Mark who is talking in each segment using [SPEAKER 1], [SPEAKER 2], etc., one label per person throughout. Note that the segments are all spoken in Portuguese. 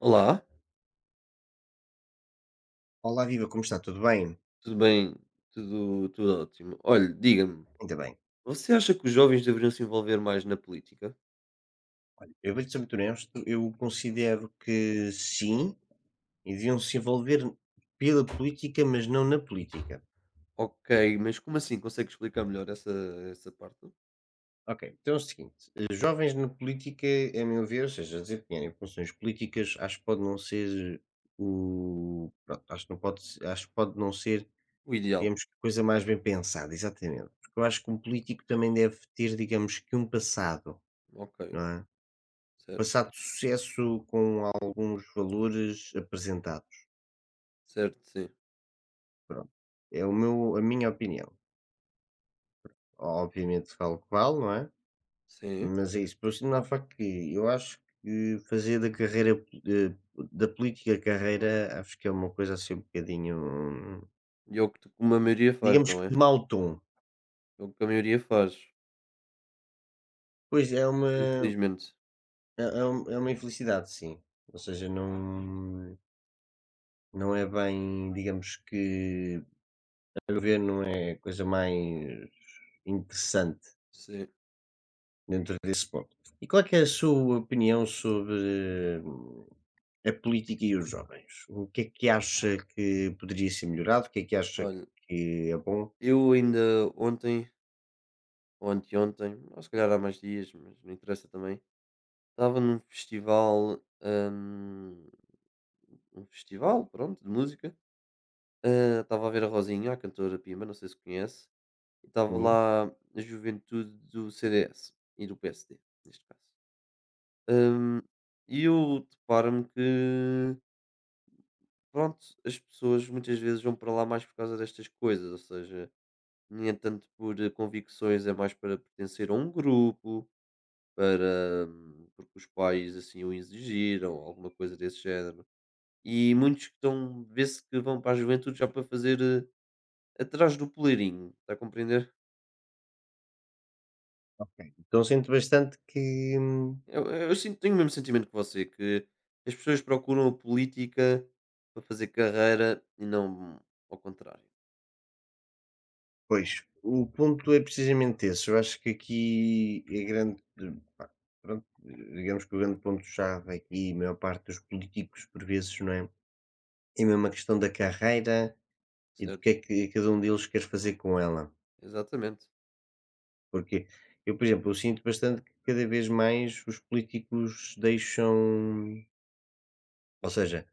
[SPEAKER 1] Olá,
[SPEAKER 2] Olá, viva, como está? Tudo bem?
[SPEAKER 1] tudo bem? Tudo ótimo. Olha, diga-me,
[SPEAKER 2] Ainda bem.
[SPEAKER 1] você acha que os jovens deveriam se envolver mais na política?
[SPEAKER 2] Olha, eu vou-lhe ser muito honesto, eu considero que sim, e deviam se envolver pela política, mas não na política.
[SPEAKER 1] Ok, mas como assim? Consegue explicar melhor essa parte?
[SPEAKER 2] Ok, então é o seguinte: jovens na política, a meu ver, ou seja, desempenharem funções políticas, acho que pode não ser o. Pronto, acho que não pode, acho que pode não ser,
[SPEAKER 1] O ideal.
[SPEAKER 2] digamos, que coisa mais bem pensada, exatamente. Porque eu acho que um político também deve ter, digamos, que um passado,
[SPEAKER 1] Ok,
[SPEAKER 2] não é?
[SPEAKER 1] certo,
[SPEAKER 2] Passado sucesso com alguns valores apresentados,
[SPEAKER 1] certo, sim.
[SPEAKER 2] pronto. É o meu a minha opinião. Obviamente falo que vale, não é?
[SPEAKER 1] Sim.
[SPEAKER 2] Mas é isso, por sinava que eu acho que fazer da carreira, da política carreira, acho que é uma coisa assim um bocadinho,
[SPEAKER 1] E é o que como a maioria faz,
[SPEAKER 2] digamos que
[SPEAKER 1] não é?
[SPEAKER 2] de mau tom.
[SPEAKER 1] É o que a maioria faz,
[SPEAKER 2] Pois, é uma
[SPEAKER 1] infelizmente.
[SPEAKER 2] é é um é uma infelicidade sim, ou seja, não é bem digamos que, a meu ver, não é a coisa mais interessante.
[SPEAKER 1] Sim.
[SPEAKER 2] Dentro desse ponto. E qual é que é a sua opinião sobre a política e os jovens? O que é que acha que poderia ser melhorado? O que é que acha
[SPEAKER 1] Olha,
[SPEAKER 2] que é bom?
[SPEAKER 1] eu ainda ontem, ou anteontem, ou se calhar há mais dias, mas não interessa também, estava num festival, um festival, pronto, de música. Ah, estava a ver a Rosinha, a cantora Pima, não sei se conhece, e estava
[SPEAKER 2] Sim,
[SPEAKER 1] lá a juventude do CDS e do PSD, neste caso. Hum, e eu deparo-me que, pronto, as pessoas muitas vezes vão para lá mais por causa destas coisas, ou seja, nem é tanto por convicções, é mais para pertencer a um grupo, para porque os pais assim o exigiram, alguma coisa desse género. E muitos que estão, vê-se que vão para a juventude já para fazer, atrás do poleirinho, está a compreender?
[SPEAKER 2] ok. Então sinto bastante que,
[SPEAKER 1] Eu sinto, tenho o mesmo sentimento que você, que as pessoas procuram a política para fazer carreira e não ao contrário,
[SPEAKER 2] pois, o ponto é precisamente esse. Eu acho que aqui é grande, pá, pronto, digamos que o grande ponto-chave aqui, a maior parte dos políticos, por vezes, não é? É mesmo a questão da carreira e do que é
[SPEAKER 1] certo?
[SPEAKER 2] que cada um deles quer fazer com ela.
[SPEAKER 1] Exatamente.
[SPEAKER 2] Porque eu, por exemplo, eu sinto bastante que cada vez mais os políticos deixam, ou seja,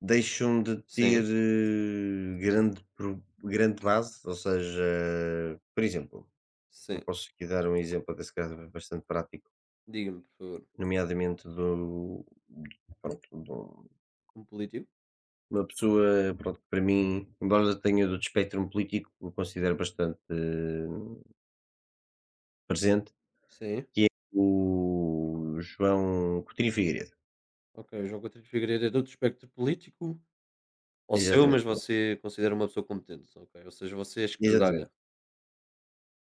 [SPEAKER 2] deixam de
[SPEAKER 1] Sim,
[SPEAKER 2] ter grande, grande base, ou seja, por exemplo, eu
[SPEAKER 1] sim.
[SPEAKER 2] posso aqui dar um exemplo até se bastante prático,
[SPEAKER 1] Diga-me, por favor.
[SPEAKER 2] nomeadamente do, pronto,
[SPEAKER 1] Um político?
[SPEAKER 2] uma pessoa, pronto, que para mim, embora tenha do espectro político, o considero bastante presente,
[SPEAKER 1] Sim.
[SPEAKER 2] que é o João Coutinho Figueiredo.
[SPEAKER 1] Ok, o João Coutinho de Figueiredo é de outro espectro político. Ao seu, mas
[SPEAKER 2] Exatamente.
[SPEAKER 1] você considera uma pessoa competente, ok? Ou seja, você é esquerdalha.
[SPEAKER 2] Exatamente,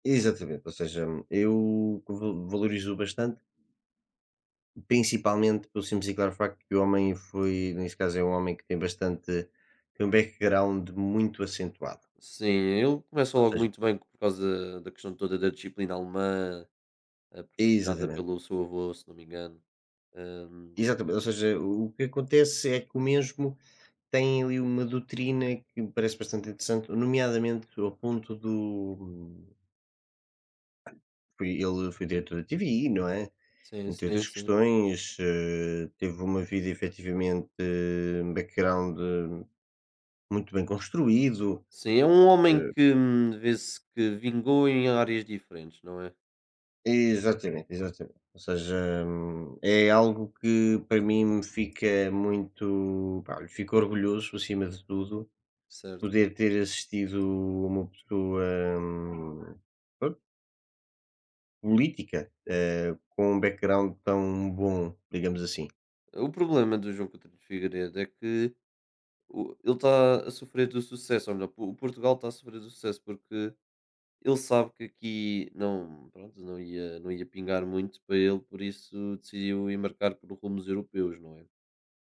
[SPEAKER 2] exatamente, ou seja, eu va valorizo bastante, principalmente pelo simples e claro facto que o homem foi nesse caso é um homem que tem bastante tem um background muito acentuado,
[SPEAKER 1] Sim, ele começa
[SPEAKER 2] ou
[SPEAKER 1] logo
[SPEAKER 2] seja
[SPEAKER 1] muito bem por causa da questão toda da disciplina alemã. Proporcionada
[SPEAKER 2] exatamente,
[SPEAKER 1] pelo seu avô, se não me engano. Hum,
[SPEAKER 2] exatamente, ou seja, o que acontece é que o mesmo tem ali uma doutrina que me parece bastante interessante, nomeadamente ao ponto do foi ele foi diretor da TVI, não é,
[SPEAKER 1] sim,
[SPEAKER 2] entre
[SPEAKER 1] sim,
[SPEAKER 2] outras
[SPEAKER 1] sim.
[SPEAKER 2] questões, teve uma vida efetivamente, um background muito bem construído.
[SPEAKER 1] Sim, é um homem
[SPEAKER 2] Eh,
[SPEAKER 1] que, vê-se que vingou em áreas diferentes, não é?
[SPEAKER 2] exatamente, exatamente. Ou seja, é algo que para mim me fica muito, pá, olha, fico orgulhoso acima de tudo,
[SPEAKER 1] Certo.
[SPEAKER 2] poder ter assistido uma pessoa, hum, pronto, política, com um background tão bom, digamos assim.
[SPEAKER 1] O problema do João Coutinho de Figueiredo é que o ele está a sofrer do sucesso, ou melhor, o Portugal está a sofrer do sucesso, porque ele sabe que aqui não, pronto, não ia pingar muito para ele, por isso decidiu embarcar por rumos europeus, não é?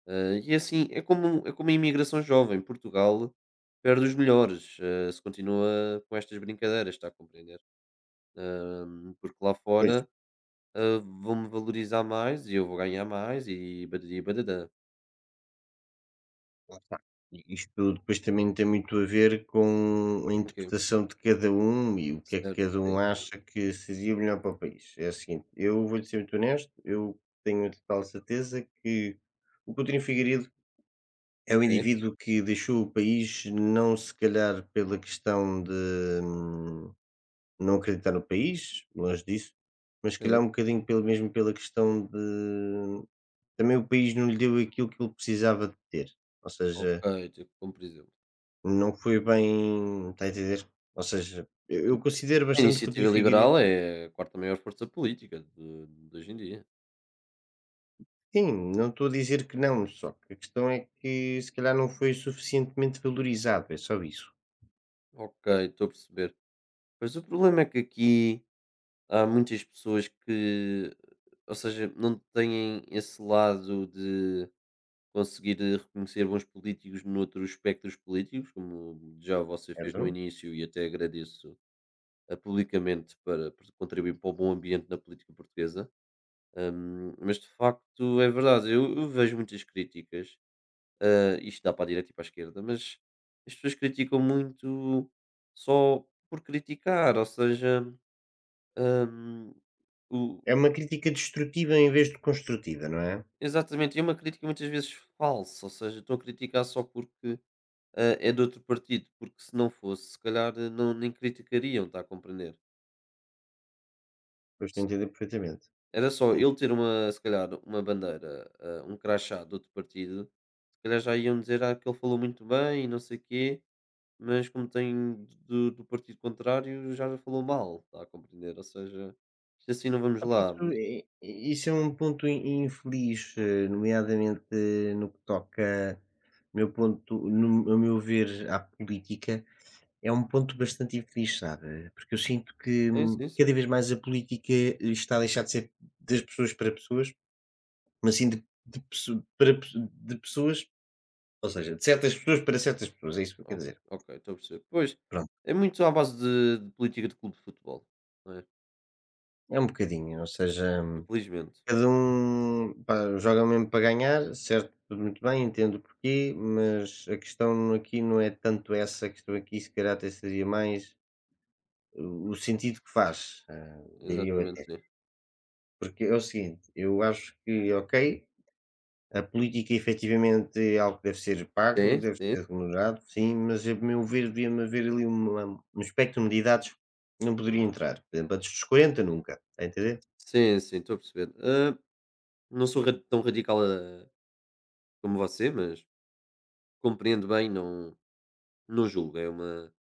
[SPEAKER 1] Ah, e assim, é como a imigração jovem. Portugal perde os melhores ah, se continua com estas brincadeiras, está a compreender? Porque lá
[SPEAKER 2] Pois.
[SPEAKER 1] fora ah, vão-me valorizar mais e eu vou ganhar mais e badadi badadã.
[SPEAKER 2] Lá está. I isto depois também tem muito a ver com a
[SPEAKER 1] Ok,
[SPEAKER 2] interpretação de cada um e o que é
[SPEAKER 1] certo,
[SPEAKER 2] que cada
[SPEAKER 1] sim,
[SPEAKER 2] um
[SPEAKER 1] sim,
[SPEAKER 2] acha que seria melhor para o país. É o seguinte, eu vou-lhe ser muito honesto, eu tenho a total certeza que o Coutinho Figueiredo é um
[SPEAKER 1] sim,
[SPEAKER 2] indivíduo que deixou o país não se calhar pela questão de, hum, não acreditar no país, longe disso, mas se
[SPEAKER 1] sim.
[SPEAKER 2] calhar um bocadinho pelo mesmo pela questão de também o país não lhe deu aquilo que ele precisava de ter. Ou
[SPEAKER 1] Ok,
[SPEAKER 2] seja,
[SPEAKER 1] tipo, como por exemplo.
[SPEAKER 2] não foi bem, está a entender? Ou seja, eu considero
[SPEAKER 1] A
[SPEAKER 2] bastante que o
[SPEAKER 1] iniciativa
[SPEAKER 2] Trifiguri
[SPEAKER 1] liberal é a quarta maior força política de hoje em dia.
[SPEAKER 2] sim, não estou a dizer que não, só que a questão é que se calhar não foi suficientemente valorizado, é só isso.
[SPEAKER 1] Ok, estou a perceber. Mas o problema é que aqui há muitas pessoas que, ou seja, não têm esse lado de conseguir reconhecer bons políticos noutros espectros políticos, como já você fez no
[SPEAKER 2] Certo?
[SPEAKER 1] início e até agradeço publicamente por contribuir para o bom ambiente na política portuguesa. Mas de facto é verdade, eu vejo muitas críticas, eh, isto dá para a direita e para a esquerda, mas as pessoas criticam muito só por criticar, ou seja, hum,
[SPEAKER 2] É uma crítica destrutiva em vez de construtiva, não é?
[SPEAKER 1] exatamente, e é uma crítica muitas vezes falsa, ou seja, estão a criticar só porque ah, é de outro partido, porque se não fosse, se calhar não, nem criticariam, está a compreender?
[SPEAKER 2] Pois estou a
[SPEAKER 1] Se-
[SPEAKER 2] entender perfeitamente.
[SPEAKER 1] Era só
[SPEAKER 2] Sim.
[SPEAKER 1] ele ter uma, se calhar, uma bandeira, ah, um crachá de outro partido, se calhar já iam dizer ah, que ele falou muito bem e não sei quê, mas como tem do partido contrário, já falou mal, está a compreender? Ou seja, isto assim não vamos
[SPEAKER 2] Sabe que isso
[SPEAKER 1] lá.
[SPEAKER 2] é i isso é um ponto in infeliz, nomeadamente no que toca, meu ponto no a meu ver, à política, é um ponto bastante infeliz, sabe? Porque eu sinto que
[SPEAKER 1] Sim, sim, sim.
[SPEAKER 2] cada vez mais a política está a deixar de ser das pessoas para pessoas, mas sim de pessoas, ou seja, de certas pessoas para certas pessoas, é isso que eu
[SPEAKER 1] O
[SPEAKER 2] quero dizer.
[SPEAKER 1] ok, estou a perceber. Pois,
[SPEAKER 2] Pronto,
[SPEAKER 1] é muito à base de política de clube de futebol, não é?
[SPEAKER 2] é um bocadinho, ou seja
[SPEAKER 1] Infelizmente.
[SPEAKER 2] cada um, pá, joga mesmo para ganhar, certo, tudo muito bem, entendo o porquê, mas a questão aqui não é tanto essa, a questão aqui se calhar até seria mais o sentido que faz, ah, diria eu
[SPEAKER 1] Exatamente,
[SPEAKER 2] até.
[SPEAKER 1] sim.
[SPEAKER 2] Porque é o seguinte, eu acho que, ok, a política efetivamente é algo que deve ser pago,
[SPEAKER 1] Sim,
[SPEAKER 2] deve
[SPEAKER 1] sim.
[SPEAKER 2] ser remunerado, sim, mas a meu ver devia-me haver ali um espectro de idades que não poderia entrar. Por exemplo, antes dos 40 nunca, está a entender?
[SPEAKER 1] Sim, sim, estou a perceber. Hã, não sou ra tão radical, ah, como você, mas compreendo bem, não julgo.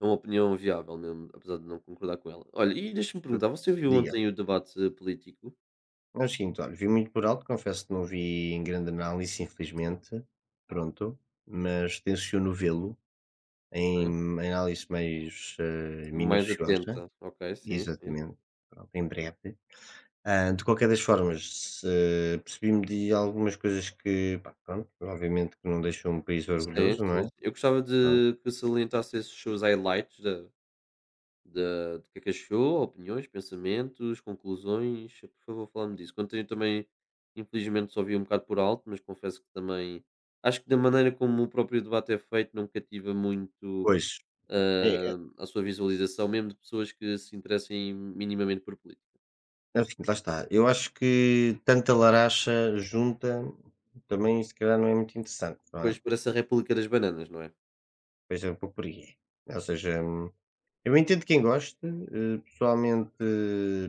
[SPEAKER 1] É uma opinião viável mesmo, apesar de não concordar com ela. Olha, e deixa-me perguntar, você viu
[SPEAKER 2] Diga.
[SPEAKER 1] ontem o debate político?
[SPEAKER 2] É o seguinte, olha, vi muito por alto, confesso que não vi em grande análise, infelizmente, pronto, mas tenciono vê-lo em
[SPEAKER 1] Ok.
[SPEAKER 2] análise mais
[SPEAKER 1] Mais
[SPEAKER 2] minuciosa,
[SPEAKER 1] atenta. Ok, sim, sim.
[SPEAKER 2] exatamente, pronto, em breve. Ah, de qualquer das formas, percebi-me de algumas coisas que, pá, pronto, obviamente que não deixam um país
[SPEAKER 1] Sim,
[SPEAKER 2] orgulhoso, não é?
[SPEAKER 1] sim, sim. Eu gostava
[SPEAKER 2] Pronto.
[SPEAKER 1] de que salientasse esses seus highlights da do que é que achou, opiniões, pensamentos, conclusões. Por favor, fala-me disso. Ontem também, infelizmente, só vi um bocado por alto, mas confesso que também acho que da maneira como o próprio debate é feito, não cativa muito
[SPEAKER 2] Pois, é, é,
[SPEAKER 1] ah, a sua visualização, mesmo de pessoas que se interessem minimamente por política.
[SPEAKER 2] é o seguinte, lá está. Eu acho que tanta laracha junta também, se calhar, não é muito interessante, não
[SPEAKER 1] Pois,
[SPEAKER 2] é?
[SPEAKER 1] por essa República das Bananas, não é?
[SPEAKER 2] Pois é um pouco por aí. Ou seja, eu entendo quem goste, pessoalmente,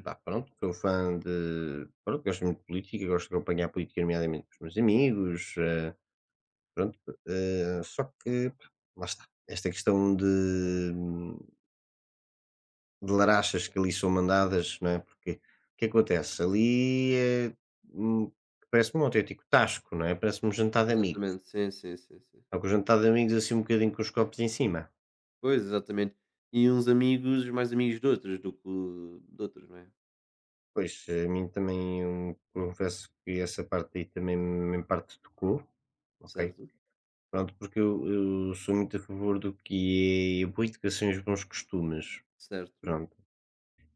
[SPEAKER 2] pá, pronto, sou fã de, pronto, gosto muito de política, gosto de acompanhar a política, nomeadamente com os meus amigos, pronto, só que, pá, lá está, esta questão de larachas que ali são mandadas, não é? Porque o que acontece? Ali é, hum, parece-me um autêntico tasco, não é? Parece-me um jantar de amigos.
[SPEAKER 1] Exatamente, sim, sim, sim, sim.
[SPEAKER 2] Só que o jantar de amigos assim um bocadinho com os copos em cima.
[SPEAKER 1] Pois, exatamente. E uns amigos, mais amigos de outros do que de outros, não é?
[SPEAKER 2] Pois, a mim também, confesso que essa parte aí também me em parte tocou, ok?
[SPEAKER 1] Certo?
[SPEAKER 2] Pronto, porque eu sou muito a favor do que é a boa educação e os bons costumes,
[SPEAKER 1] Certo.
[SPEAKER 2] pronto.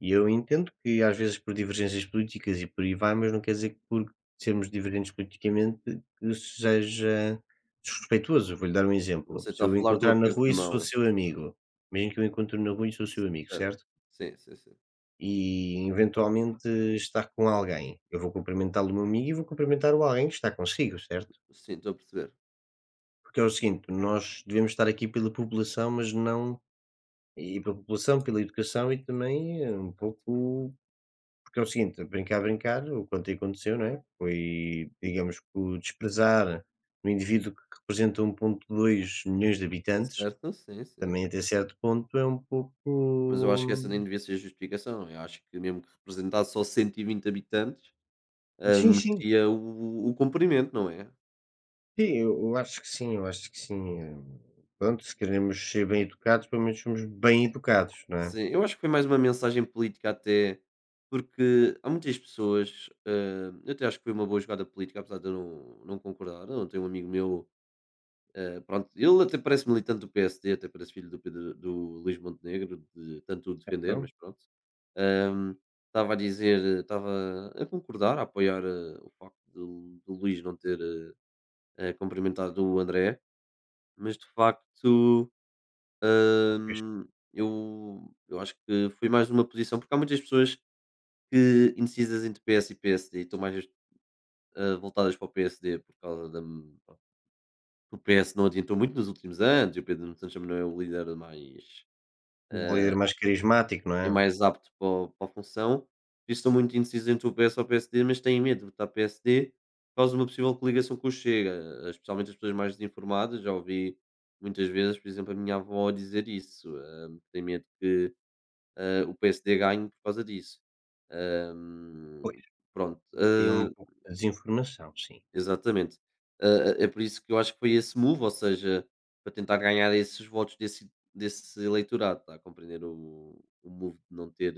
[SPEAKER 2] E eu entendo que às vezes por divergências políticas e por aí vai, mas não quer dizer que por sermos divergentes politicamente que seja desrespeitoso. Vou-lhe dar um exemplo,
[SPEAKER 1] Você
[SPEAKER 2] se
[SPEAKER 1] está a
[SPEAKER 2] eu
[SPEAKER 1] falar do
[SPEAKER 2] encontrar na
[SPEAKER 1] aperto
[SPEAKER 2] rua e
[SPEAKER 1] de
[SPEAKER 2] sou
[SPEAKER 1] mão.
[SPEAKER 2] seu amigo, imagina que eu encontro na rua e sou seu amigo,
[SPEAKER 1] Certo.
[SPEAKER 2] certo?
[SPEAKER 1] Sim, sim, sim.
[SPEAKER 2] E eventualmente está com alguém, eu vou cumprimentar o meu amigo e vou cumprimentar o alguém que está consigo, certo?
[SPEAKER 1] Sim, estou a perceber.
[SPEAKER 2] Porque é o seguinte, nós devemos estar aqui pela população, mas não e pela população, pela educação e também um pouco porque é o seguinte, brincar, brincar, o quanto aconteceu, não é? Foi, digamos que o desprezar um indivíduo que representa 1,2 milhões de habitantes,
[SPEAKER 1] Certo, sim, sim.
[SPEAKER 2] também até certo ponto é um pouco
[SPEAKER 1] Mas eu acho que essa nem devia ser justificação. Eu acho que mesmo que representasse só 120 habitantes, ah,
[SPEAKER 2] sim, sim.
[SPEAKER 1] merecia o cumprimento, não é?
[SPEAKER 2] Sim, eu acho que sim, eu acho que sim. Pronto, se queremos ser bem educados, pelo menos somos bem educados, não é?
[SPEAKER 1] Sim, eu acho que foi mais uma mensagem política até, porque há muitas pessoas, ah, eu até acho que foi uma boa jogada política, apesar de eu não concordar. Eu tenho um amigo meu, ah, pronto, ele até parece militante do PSD, até parece filho do Pedro, do Luís Montenegro, de tanto o defender,
[SPEAKER 2] Então,
[SPEAKER 1] mas pronto. Ahm, Estava a dizer, estava a concordar, a apoiar o facto do Luís não ter cumprimentado o André, mas de facto
[SPEAKER 2] pois,
[SPEAKER 1] hum, eu acho que foi mais uma posição, porque há muitas pessoas que indecisas entre PS e PSD e estão mais voltadas para o PSD por causa da. Pronto, o PS não adiantou muito nos últimos anos e o Pedro Nuno Santos também não é o líder mais
[SPEAKER 2] um líder mais carismático, não
[SPEAKER 1] e
[SPEAKER 2] é?
[SPEAKER 1] mais apto para o para a função. E estou muito indeciso entre o PS ou o PSD, mas tenho medo de votar PSD por causa de uma possível coligação com o Chega, eh, especialmente as pessoas mais desinformadas. Já ouvi muitas vezes, por exemplo, a minha avó dizer isso. Tem medo que o PSD ganhe por causa disso.
[SPEAKER 2] Pois,
[SPEAKER 1] Ahm, pronto,
[SPEAKER 2] tem um
[SPEAKER 1] eh,
[SPEAKER 2] pouco de desinformação, sim.
[SPEAKER 1] exatamente. Eh, é por isso que eu acho que foi esse move, ou seja, para tentar ganhar esses votos desse eleitorado, está a compreender o move de não ter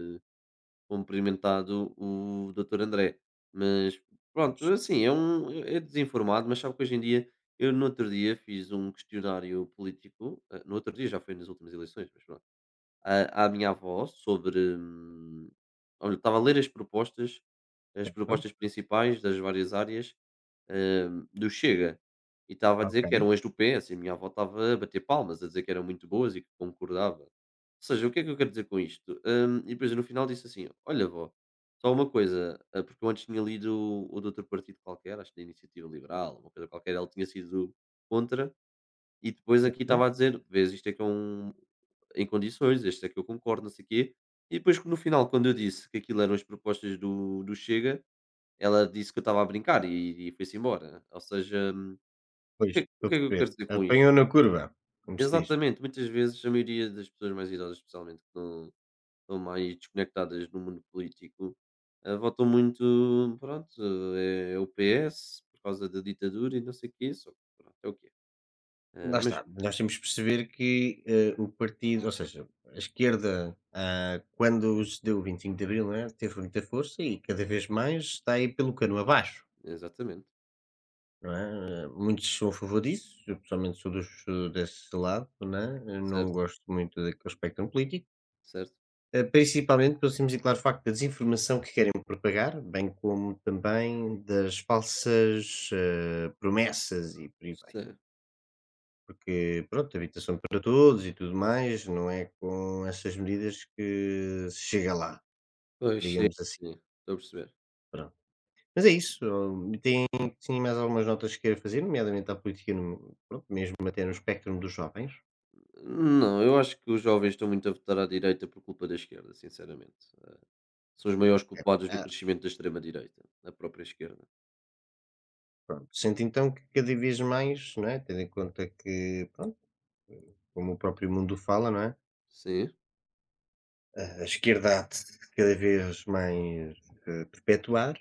[SPEAKER 1] cumprimentado o doutor André. Mas pronto,
[SPEAKER 2] Pois,
[SPEAKER 1] assim, é um é desinformado, mas sabe que hoje em dia eu no outro dia fiz um questionário político, eh, no outro dia já foi nas últimas eleições, mas pronto, à minha avó sobre, olha, estava a ler as
[SPEAKER 2] certo?
[SPEAKER 1] propostas principais das várias áreas do Chega, e estava a dizer que
[SPEAKER 2] Ok,
[SPEAKER 1] eram as do PS, e a minha avó estava a bater palmas, a dizer que eram muito boas e que concordava. Ou seja, o que é que eu quero dizer com isto? E depois no final disse assim: Olha, vó, só uma coisa, ah, porque eu antes tinha lido o de outro partido qualquer, acho que da Iniciativa Liberal, uma coisa qualquer, ela tinha sido contra, e depois aqui
[SPEAKER 2] certo.
[SPEAKER 1] estava a dizer: Vês, isto é que é um. Em condições, este é que eu concordo, não sei o quê. E depois no final, quando eu disse que aquilo eram as propostas do Chega, ela disse que eu estava a brincar e foi-se embora. Ou seja,
[SPEAKER 2] Pois, estou a
[SPEAKER 1] o que é que eu
[SPEAKER 2] perceber.
[SPEAKER 1] quero dizer com isto?
[SPEAKER 2] Apanhou na curva, como se diz.
[SPEAKER 1] Exatamente, muitas vezes a maioria das pessoas mais idosas, especialmente, que não estão mais desconectadas no mundo político, eh, votam muito, pronto, é o PS por causa da ditadura e não sei o que só pronto, é o que é. Eh,
[SPEAKER 2] Lá
[SPEAKER 1] mas
[SPEAKER 2] está. Nós temos que perceber que o partido, ou seja, a esquerda, ah, quando se deu o 25 de Abril, não é? Teve muita força e cada vez mais está aí pelo cano abaixo.
[SPEAKER 1] exatamente,
[SPEAKER 2] Não é? Muitos são a favor disso, eu pessoalmente sou desse lado, né, eu não
[SPEAKER 1] certo,
[SPEAKER 2] gosto muito daquele espectro político,
[SPEAKER 1] certo.
[SPEAKER 2] principalmente pelo simples e claro facto da desinformação que querem propagar, bem como também das falsas, promessas e por aí vai.
[SPEAKER 1] Certo.
[SPEAKER 2] Porque, pronto, habitação para todos e tudo mais, não é com essas medidas que se chega lá,
[SPEAKER 1] Pois sim,
[SPEAKER 2] digamos assim,
[SPEAKER 1] sim, estou a perceber.
[SPEAKER 2] pronto. Mas é isso, tem tinha mais algumas notas que queira fazer, nomeadamente à política pronto, mesmo até no espectro dos jovens.
[SPEAKER 1] Não, eu acho que os jovens estão muito a votar à direita por culpa da esquerda, sinceramente. Eh, são os maiores
[SPEAKER 2] Ok.
[SPEAKER 1] culpados do
[SPEAKER 2] Ah,
[SPEAKER 1] crescimento da extrema-direita, da própria esquerda.
[SPEAKER 2] pronto, sinto então que cada vez mais, não é, tendo em conta que, pronto, como o próprio mundo fala, não é,
[SPEAKER 1] Sim,
[SPEAKER 2] a esquerda há de cada vez mais, perpetuar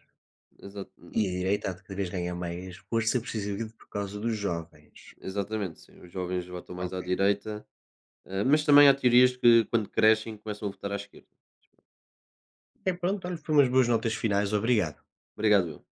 [SPEAKER 1] exa
[SPEAKER 2] e a direita há de cada vez ganhar mais força, precisamente por causa dos jovens.
[SPEAKER 1] exatamente, sim. Os jovens votam mais à
[SPEAKER 2] Ok.
[SPEAKER 1] direita, eh, mas também há teorias que, quando crescem, começam a votar à esquerda.
[SPEAKER 2] É pronto, olha, foi umas boas notas finais, obrigado.
[SPEAKER 1] Obrigado eu.